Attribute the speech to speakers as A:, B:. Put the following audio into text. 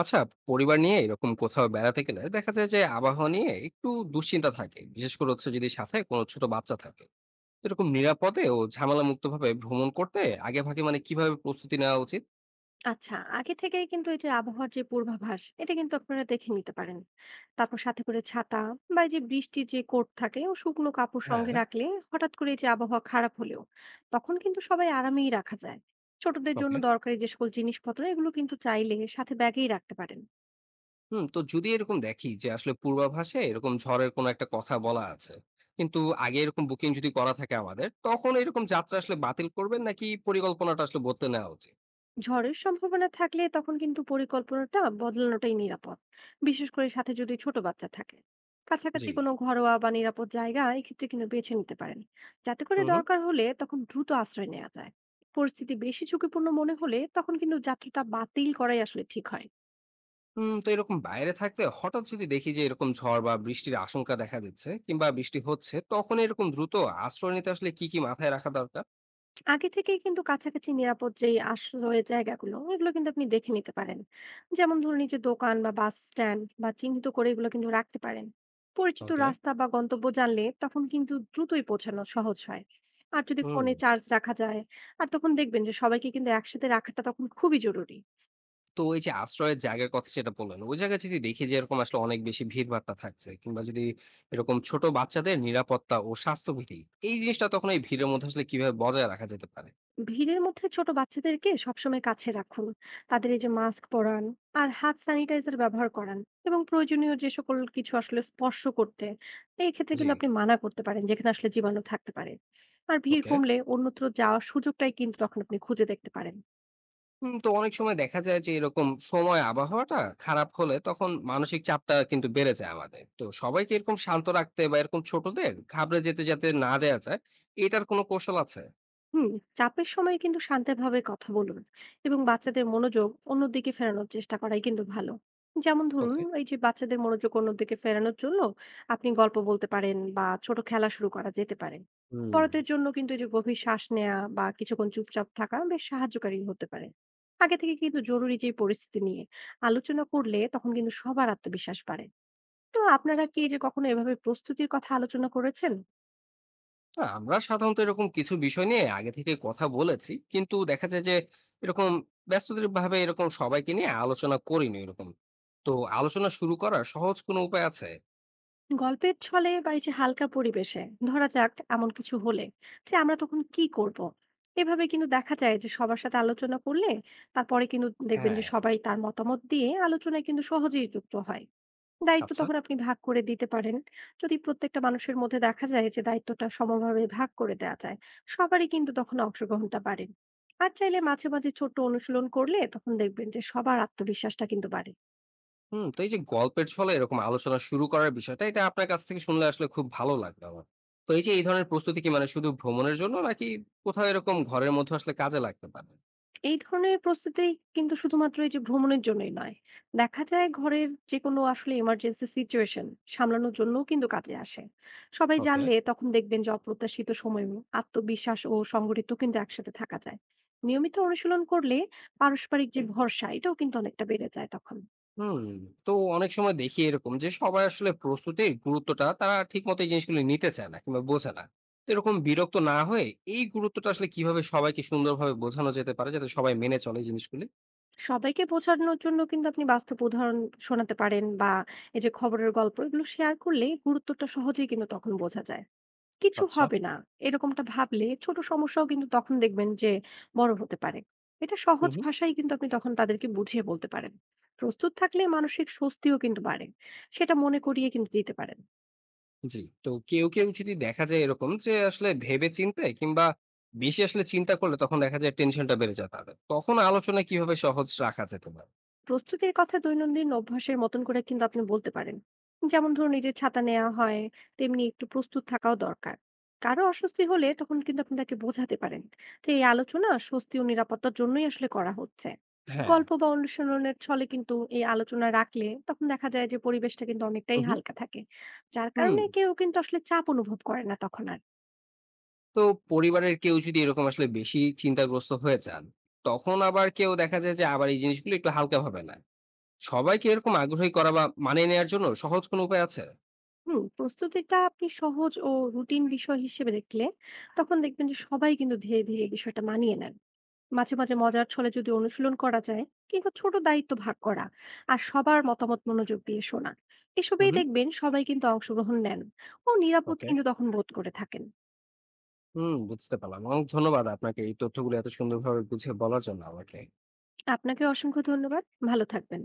A: আচ্ছা, পরিবার নিয়ে এরকম কোথাও বেড়াতে গেলে দেখা যায় যে আবহাওয়া নিয়ে একটু দুশ্চিন্তা থাকে, বিশেষ করে হচ্ছে যদি সাথে কোনো ছোট বাচ্চা থাকে। তো এরকম নিরাপদে ও ঝামেলা মুক্ত ভাবে ভ্রমণ করতে আগে ভাগে মানে কিভাবে প্রস্তুতি নেওয়া উচিত?
B: আচ্ছা, আগে থেকেই কিন্তু এই যে আবহাওয়ার যে পূর্বাভাস এটা কিন্তু আপনারা দেখে নিতে পারেন। তারপর সাথে করে ছাতা বা এই যে বৃষ্টির যে কোট থাকে ও শুকনো কাপড়
A: হ্যাঁ।
B: সঙ্গে রাখলে হঠাৎ করে এই যে আবহাওয়া খারাপ হলেও তখন কিন্তু সবাই আরামেই রাখা যায়। ছোটদের জন্য
A: ওকে।
B: দরকারি যে সকল জিনিসপত্র এগুলো কিন্তু চাইলে সাথে ব্যাগেই রাখতে পারেন।
A: হুম, তো যদি এরকম দেখি যে আসলে পূর্বাভাসে এরকম ঝড়ের কোনো একটা কথা বলা আছে, কিন্তু আগে এরকম বুকিং যদি করা থাকে আমাদের, তখন এরকম যাত্রা আসলে বাতিল করবেন নাকি পরিকল্পনাটা আসলে বদলে নেওয়া উচিত?
B: ঝড়ের সম্ভাবনা থাকলে তখন কিন্তু পরিকল্পনাটা বদলানোটাই নিরাপদ। বিশেষ করে সাথে যদি ছোট বাচ্চা থাকে, কাছাকাছি
A: জি।
B: কোনো ঘরোয়া বা নিরাপদ জায়গা এক্ষেত্রে কিন্তু বেছে নিতে পারেন, যাতে করে
A: হুম, হুম।
B: দরকার হলে তখন দ্রুত আশ্রয় নেওয়া যায়। পরিস্থিতি বেশি ঝুঁকিপূর্ণ মনে হলে তখন কিন্তু যাত্রাটা বাতিল করাই আসলে ঠিক হয়।
A: উম, তো এরকম বাইরে থাকতে হঠাৎ যদি দেখি যে এরকম ঝড় বা বৃষ্টির আশঙ্কা দেখা দিচ্ছে কিংবা বৃষ্টি হচ্ছে, তখন এরকম দ্রুত আশ্রয় নিতে আসলে কি কি মাথায় রাখা দরকার?
B: আগে থেকেই কিন্তু কাছাকাছি নিরাপদ যেই আশ্রয়ের জায়গাগুলো এগুলো কিন্তু আপনি দেখে নিতে পারেন। যেমন ধরুন এই যে দোকান বা বাস স্ট্যান্ড বা চিহ্নিত করে এগুলো কিন্তু রাখতে পারেন। পরিচিত
A: ওকে।
B: রাস্তা বা গন্তব্য জানলে তখন কিন্তু দ্রুতই পৌঁছানো সহজ হয়। আর যদি
A: হুম,
B: ফোনে চার্জ রাখা যায় আর তখন দেখবেন যে সবাইকে কিন্তু একসাথে রাখাটা তখন খুবই জরুরি।
A: তো এই যে আশ্রয়ের জায়গার কথা যেটা বললেন, ওই জায়গায় যদি দেখি যে এরকম আসলে অনেক বেশি ভিড়ভাট্টা থাকছে কিংবা যদি এরকম ছোট বাচ্চাদের নিরাপত্তা ও স্বাস্থ্যবিধি এই জিনিসটা তখন এই ভিড়ের মধ্যে আসলে কিভাবে বজায় রাখা যেতে পারে?
B: ভিড়ের মধ্যে ছোট বাচ্চাদেরকে সবসময় কাছে রাখুন। তাদের এই যে মাস্ক পরান আর হাত স্যানিটাইজার ব্যবহার করান, এবং প্রয়োজনীয় যে সকল কিছু আসলে স্পর্শ করতে এই ক্ষেত্রে
A: জি।
B: কিন্তু আপনি মানা করতে পারেন, যেখানে আসলে জীবাণু থাকতে পারে। আর ভিড়
A: ওকে।
B: কমলে অন্যত্র যাওয়ার সুযোগটাই কিন্তু তখন আপনি খুঁজে দেখতে পারেন।
A: হুম, তো অনেক সময় দেখা যায় যে এরকম সময় আবহাওয়াটা খারাপ হলে তখন মানসিক চাপটা কিন্তু বেড়ে যায় আমাদের, তো সবাইকে এরকম শান্ত রাখতে বা এরকম ছোটদের ঘাবড়ে যেতে যাতে না দেয়া যায় এটার কোনো কৌশল আছে?
B: হুম চাপের সময় কিন্তু শান্তভাবে কথা বলুন, এবং বাচ্চাদের মনোযোগ অন্যদিকে ফেরানোর চেষ্টা করাই কিন্তু ভালো। যেমন ধরুন
A: ওকে।
B: এই যে বাচ্চাদের মনোযোগ অন্যদিকে ফেরানোর জন্য আপনি গল্প বলতে পারেন বা ছোট খেলা শুরু করা যেতে পারে।
A: হুম।
B: বড়দের জন্য কিন্তু এই যে গভীর শ্বাস নেওয়া বা কিছুক্ষণ চুপচাপ থাকা বেশ সাহায্যকারী হতে পারে। আগে থেকে কিন্তু জরুরি যে পরিস্থিতি নিয়ে আলোচনা করলে তখন কিন্তু সবার আত্মবিশ্বাস বাড়ে। তো আপনারা কি এই যে কখনো এভাবে প্রস্তুতির কথা আলোচনা করেছেন?
A: না, আমরা সাধারণত এরকম কিছু বিষয় নিয়ে আগে থেকে কথা বলেছি, কিন্তু দেখা যায় যে এরকম ব্যস্ততার ভাবে এরকম সবাইকে নিয়ে আলোচনা করিনি এরকম। তো আলোচনা শুরু করার সহজ কোনো উপায় আছে?
B: গল্পের ছলে বা এই যে হালকা পরিবেশে ধরা যাক এমন কিছু হলে যে আমরা তখন কি করব, এভাবে কিন্তু দেখা যায় যে সবার সাথে আলোচনা করলে তারপরে কিন্তু দেখবেন
A: হ্যাঁ।
B: যে সবাই তার মতামত দিয়ে আলোচনায় কিন্তু সহজেই যুক্ত হয়। দায়িত্ব
A: আচ্ছা।
B: তখন আপনি ভাগ করে দিতে পারেন। যদি প্রত্যেকটা মানুষের মধ্যে দেখা যায় যে দায়িত্বটা সমভাবে ভাগ করে দেওয়া যায়, সবারই কিন্তু তখন অংশগ্রহণটা বাড়ে। আর চাইলে মাঝে মাঝে ছোট্ট অনুশীলন করলে তখন দেখবেন যে সবার আত্মবিশ্বাসটা কিন্তু বাড়ে।
A: হুম, তো এই যে গল্পের ছলে এরকম আলোচনা শুরু করার বিষয়টা, এটা আপনার কাছ থেকে শুনলে আসলে খুব ভালো লাগলো আমার। তো এই যে এই ধরনের প্রস্তুতি কি মানে শুধু ভ্রমণের জন্য নাকি কোথাও এরকম ঘরের মধ্যে আসলে কাজে লাগতে পারে?
B: এই ধরনের প্রস্তুতি কিন্তু শুধুমাত্র এই যে ভ্রমণের জন্যই নয়, দেখা যায় ঘরের যে কোনো আসলে ইমার্জেন্সি সিচুয়েশন সামলানোর জন্যও কিন্তু কাজে আসে। সবাই
A: ওকে।
B: জানলে তখন দেখবেন যে অপ্রত্যাশিত সময় আত্মবিশ্বাস ও সংগঠিত কিন্তু একসাথে থাকা যায়। নিয়মিত অনুশীলন করলে পারস্পরিক যে ভরসা এটাও কিন্তু অনেকটা বেড়ে যায় তখন।
A: হুম, তো অনেক সময় দেখি এরকম যে সবাই আসলে প্রস্তুতির গুরুত্বটা তারা ঠিক মতো এই জিনিসগুলো নিতে চায় না কিংবা বোঝে না। তো এরকম বিরক্ত না হয়ে এই গুরুত্বটা আসলে কিভাবে সবাইকে সুন্দরভাবে বোঝানো যেতে পারে যাতে সবাই মেনে চলে এই জিনিসগুলি?
B: সবাইকে বোঝানোর জন্য কিন্তু আপনি বাস্তব উদাহরণ শোনাতে পারেন বা এই যে খবরের গল্প এগুলো শেয়ার করলে গুরুত্বটা সহজেই কিন্তু তখন বোঝা যায়। কিছু
A: আচ্ছা।
B: হবে না এরকমটা ভাবলে ছোট সমস্যাও কিন্তু তখন দেখবেন যে বড় হতে পারে। এটা সহজ ভাষায় কিন্তু আপনি তখন তাদেরকে বুঝিয়ে বলতে পারেন। প্রস্তুত থাকলে মানসিক স্বস্তিও কিন্তু বাড়ে, সেটা মনে করিয়ে কিন্তু দিতে পারেন।
A: জি। তো কেউ যদি দেখা যায় এরকম যে আসলে ভেবেচিন্তে কিংবা বেশি আসলে চিন্তা করলে তখন দেখা যায় টেনশনটা বেড়ে যায় তাদের। তখন আলোচনা কিভাবে সহজ রাখা যেতে পারে?
B: প্রস্তুতির কথা দৈনন্দিন অভ্যাসের মতন করে কিন্তু আপনি বলতে পারেন। যেমন ধরুন এই যে ছাতা নেওয়া হয়, তেমনি একটু প্রস্তুত থাকাও দরকার। কারো অস্বস্তি হলে তখন কিন্তু আপনি তাকে বোঝাতে পারেন যে এই আলোচনা স্বস্তি ও নিরাপত্তার জন্যই আসলে করা হচ্ছে।
A: হ্যাঁ।
B: গল্প বা অনুশীলনের ছলে কিন্তু এই আলোচনা রাখলে তখন দেখা যায় যে পরিবেশটা কিন্তু
A: হু,
B: অনেকটাই
A: হু।
B: হালকা থাকে, যার
A: হুম।
B: কারণে কেউ কিন্তু আসলে চাপ অনুভব করে না তখন আর।
A: তো পরিবারের কেউ যদি এরকম আসলে বেশি চিন্তাগ্রস্ত হয়ে যান, তখন আবার কেউ দেখা যায় যে আবার এই জিনিসগুলো একটু হালকাভাবে নেয়। সবাইকে এরকম আগ্রহী করা বা মানিয়ে নেয়ার জন্য সহজ কোনো উপায় আছে?
B: প্রস্তুতিটা আপনি সহজ ও রুটিন বিষয় হিসেবে দেখলে তখন দেখবেন যে সবাই কিন্তু ধীরে ধীরে বিষয়টা মানিয়ে নেন। মাঝে মাঝে মজার ছলে যদি অনুশীলন করা যায়, কিংবা ছোট দায়িত্ব ভাগ করা আর সবার মতামত মনোযোগ দিয়ে শোনা,
A: হু,
B: এসবেই
A: হু।
B: দেখবেন সবাই কিন্তু অংশগ্রহণ নেন ও নিরাপদ
A: ওকে।
B: কিন্তু তখন বোধ করে থাকেন।
A: হুম, বুঝতে পারলাম। অনেক ধন্যবাদ আপনাকে এই তথ্যগুলো এত সুন্দরভাবে বুঝিয়ে বলার জন্য আমাকে।
B: আপনাকে অসংখ্য ধন্যবাদ। ভালো থাকবেন।